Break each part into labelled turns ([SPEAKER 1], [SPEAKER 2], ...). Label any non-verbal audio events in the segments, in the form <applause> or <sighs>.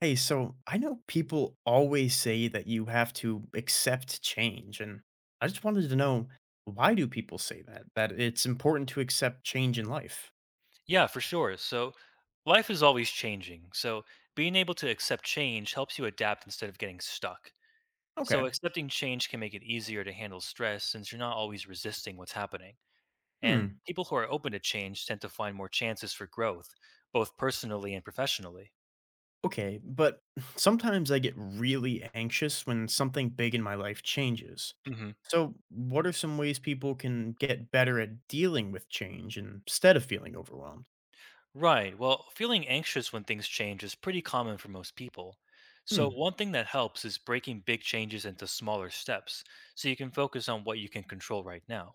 [SPEAKER 1] Hey, so I know people always say that you have to accept change, and I just wanted to know why do people say that? That it's important to accept change in life.
[SPEAKER 2] Yeah, for sure. So life is always changing. So being able to accept change helps you adapt instead of getting stuck. So
[SPEAKER 1] Okay.
[SPEAKER 2] accepting change can make it easier to handle stress since you're not always resisting what's happening. And
[SPEAKER 1] Hmm.
[SPEAKER 2] people who are open to change tend to find more chances for growth, both personally and professionally.
[SPEAKER 1] Okay, but <laughs> <sighs> sometimes I get really anxious when something big in my life changes.
[SPEAKER 2] Hmm.
[SPEAKER 1] So, what are some ways people can get better at dealing with change instead of feeling overwhelmed?
[SPEAKER 2] Right. Well, feeling anxious when things change is pretty common for most people. So,
[SPEAKER 1] Hmm.
[SPEAKER 2] one thing that helps is breaking big changes into smaller steps so you can focus on what you can control right now.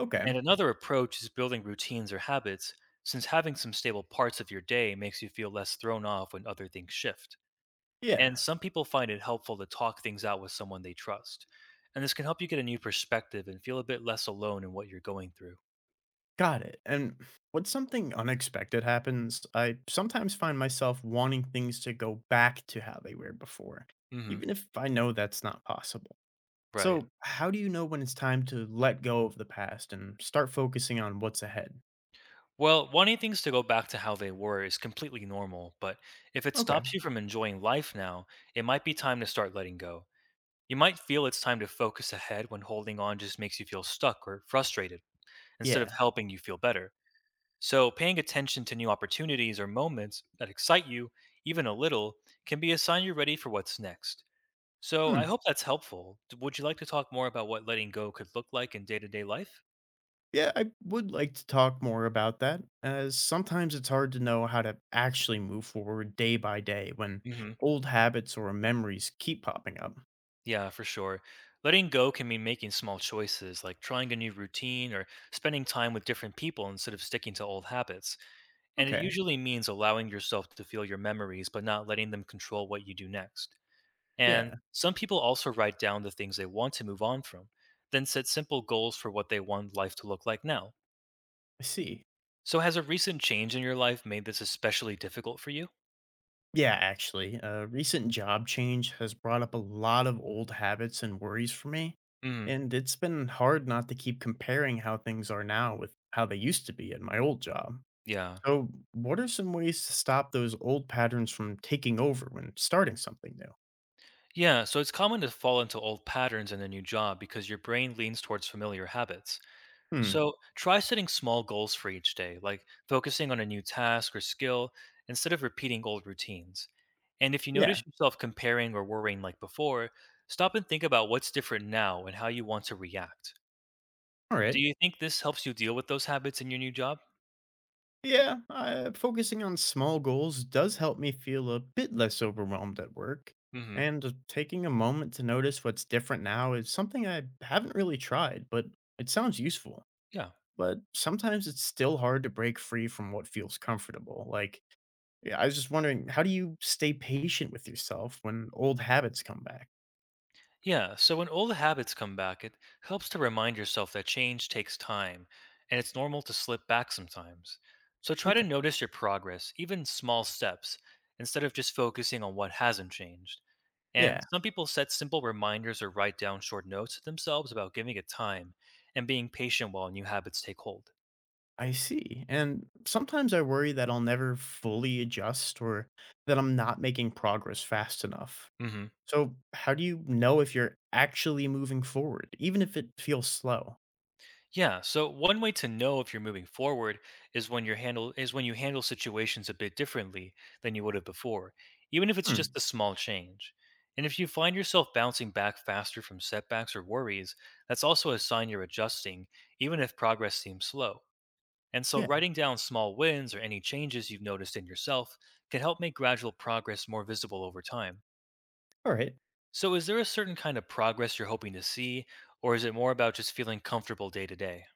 [SPEAKER 1] Okay.
[SPEAKER 2] And another approach is building routines or habits, since having some stable parts of your day makes you feel less thrown off when other things shift. And
[SPEAKER 1] Yeah.
[SPEAKER 2] some people find it helpful to talk things out with someone they trust. And this can help you get a new perspective and feel a bit less alone in what you're going through.
[SPEAKER 1] Got it. And when something unexpected happens, I sometimes find myself wanting things to go back to how they were before,
[SPEAKER 2] Hmm.
[SPEAKER 1] even if I know that's not possible.
[SPEAKER 2] Right.
[SPEAKER 1] So, how do you know when it's time to let go of the past and start focusing on what's ahead?
[SPEAKER 2] Well, wanting things to go back to how they were is completely normal, but if it
[SPEAKER 1] Okay.
[SPEAKER 2] stops you from enjoying life now, it might be time to start letting go. You might feel it's time to focus ahead when holding on just makes you feel stuck or frustrated instead of
[SPEAKER 1] Yeah.
[SPEAKER 2] helping you feel better. So, paying attention to new opportunities or moments that excite you, even a little, can be a sign you're ready for what's next. So, I
[SPEAKER 1] Hmm.
[SPEAKER 2] hope that's helpful. Would you like to talk more about what letting go could look like in day to day life?
[SPEAKER 1] Yeah, I would like to talk more about that, as sometimes it's hard to know how to actually move forward day by day when
[SPEAKER 2] Hmm.
[SPEAKER 1] old habits or memories keep popping up.
[SPEAKER 2] Yeah, for sure. Letting go can mean making small choices, like trying a new routine or spending time with different people instead of sticking to old habits. And it
[SPEAKER 1] Okay.
[SPEAKER 2] usually means allowing yourself to feel your memories, but not letting them control what you do next. And
[SPEAKER 1] Yeah,
[SPEAKER 2] some people also write down the things they want to move on from, then set simple goals for what they want life to look like now.
[SPEAKER 1] I see.
[SPEAKER 2] So, has a recent change in your life made this especially difficult for you?
[SPEAKER 1] Yeah, actually, a recent job change has brought up a lot of old habits and worries for me,
[SPEAKER 2] Mm,
[SPEAKER 1] and it's been hard not to keep comparing how things are now with how they used to be at my old job.
[SPEAKER 2] yeah.
[SPEAKER 1] So, what are some ways to stop those old patterns from taking over when starting something new?
[SPEAKER 2] Yeah, so it's common to fall into old patterns in a new job because your brain leans towards familiar habits.
[SPEAKER 1] Hmm.
[SPEAKER 2] So try setting small goals for each day, like focusing on a new task or skill instead of repeating old routines. And if you
[SPEAKER 1] Yeah.
[SPEAKER 2] notice yourself comparing or worrying like before, stop and think about what's different now and how you want to react.
[SPEAKER 1] All
[SPEAKER 2] Do
[SPEAKER 1] right.
[SPEAKER 2] you think this helps you deal with those habits in your new job?
[SPEAKER 1] Yeah, focusing on small goals does help me feel a bit less overwhelmed at work.
[SPEAKER 2] Hmm.
[SPEAKER 1] And taking a moment to notice what's different now is something I haven't really tried, but it sounds useful.
[SPEAKER 2] Yeah.
[SPEAKER 1] But sometimes it's still hard to break free from what feels comfortable. Like, yeah, I was just wondering, how do you stay patient with yourself when old habits come back?
[SPEAKER 2] Yeah, so when old habits come back, it helps to remind yourself that change takes time and it's normal to slip back sometimes. So try to
[SPEAKER 1] Okay.
[SPEAKER 2] notice your progress, even small steps, instead of just focusing on what hasn't changed. And
[SPEAKER 1] Yeah,
[SPEAKER 2] some people set simple reminders or write down short notes to themselves about giving it time and being patient while new habits take hold.
[SPEAKER 1] I see. And sometimes I worry that I'll never fully adjust or that I'm not making progress fast enough.
[SPEAKER 2] Mhm.
[SPEAKER 1] So, how do you know if you're actually moving forward, even if it feels slow?
[SPEAKER 2] Yeah. So one way to know if you're moving forward is when you handle situations a bit differently than you would have before, even if it's
[SPEAKER 1] Hmm.
[SPEAKER 2] just a small change. And if you find yourself bouncing back faster from setbacks or worries, that's also a sign you're adjusting, even if progress seems slow. And so
[SPEAKER 1] Yeah.
[SPEAKER 2] writing down small wins or any changes you've noticed in yourself can help make gradual progress more visible over time.
[SPEAKER 1] All right.
[SPEAKER 2] So is there a certain kind of progress you're hoping to see, or is it more about just feeling comfortable day to day?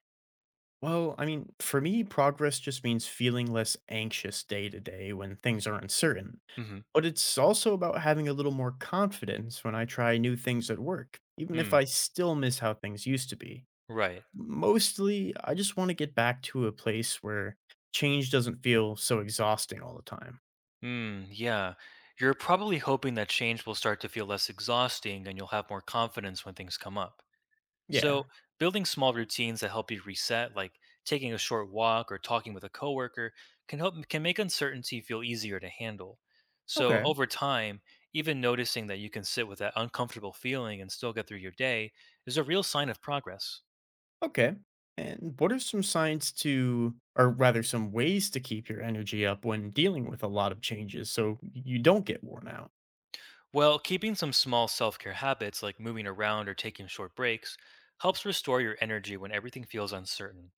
[SPEAKER 1] Well, I mean, for me, progress just means feeling less anxious day to day when things are uncertain.
[SPEAKER 2] Mhm.
[SPEAKER 1] But it's also about having a little more confidence when I try new things at work, even if
[SPEAKER 2] Hmm.
[SPEAKER 1] I still miss how things used to be.
[SPEAKER 2] Right.
[SPEAKER 1] Mostly, I just want to get back to a place where change doesn't feel so exhausting all the time.
[SPEAKER 2] Mm, yeah. You're probably hoping that change will start to feel less exhausting and you'll have more confidence when things come up.
[SPEAKER 1] Yeah.
[SPEAKER 2] So, building small routines that help you reset, like taking a short walk or talking with a coworker, can make uncertainty feel easier to handle. So,
[SPEAKER 1] Okay.
[SPEAKER 2] over time, even noticing that you can sit with that uncomfortable feeling and still get through your day is a real sign of progress.
[SPEAKER 1] Okay. And what are some signs to, or rather, some ways to keep your energy up when dealing with a lot of changes so you don't get worn out?
[SPEAKER 2] Well, keeping some small self care habits like moving around or taking short breaks helps restore your energy when everything feels uncertain.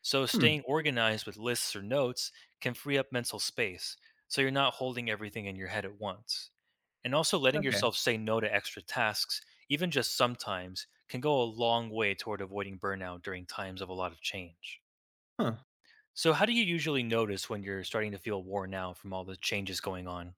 [SPEAKER 2] So,
[SPEAKER 1] Hmm.
[SPEAKER 2] staying organized with lists or notes can free up mental space so you're not holding everything in your head at once. And also, letting
[SPEAKER 1] Okay.
[SPEAKER 2] yourself say no to extra tasks, even just sometimes, can go a long way toward avoiding burnout during times of a lot of change.
[SPEAKER 1] Huh.
[SPEAKER 2] So, how do you usually notice when you're starting to feel worn out from all the changes going on?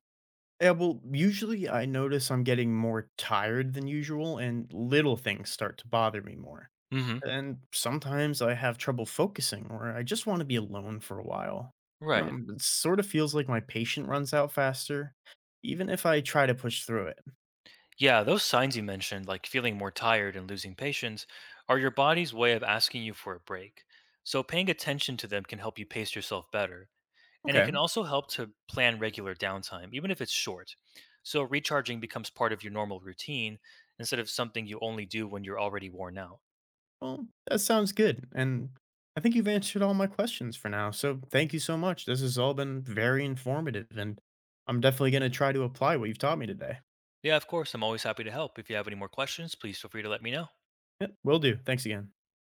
[SPEAKER 1] Yeah, well, usually I notice I'm getting more tired than usual and little things start to bother me more.
[SPEAKER 2] Hmm.
[SPEAKER 1] And sometimes I have trouble focusing or I just want to be alone for a while. You
[SPEAKER 2] Right.
[SPEAKER 1] know, it sort of feels like my patient runs out faster, even if I try to push through it.
[SPEAKER 2] Yeah, those signs you mentioned, like feeling more tired and losing patience, are your body's way of asking you for a break. So paying attention to them can help you pace yourself better. And it
[SPEAKER 1] Okay.
[SPEAKER 2] can also help to plan regular downtime, even if it's short. So recharging becomes part of your normal routine instead of something you only do when you're already worn out.
[SPEAKER 1] Well, that sounds good. And I think you've answered all my questions for now. So thank you so much. This has all been very informative, and I'm definitely going to try to apply what you've taught me today.
[SPEAKER 2] Yeah, of course, I'm always happy to help. If you have any more questions, please feel free to let me know.
[SPEAKER 1] Yep, will do. Thanks again.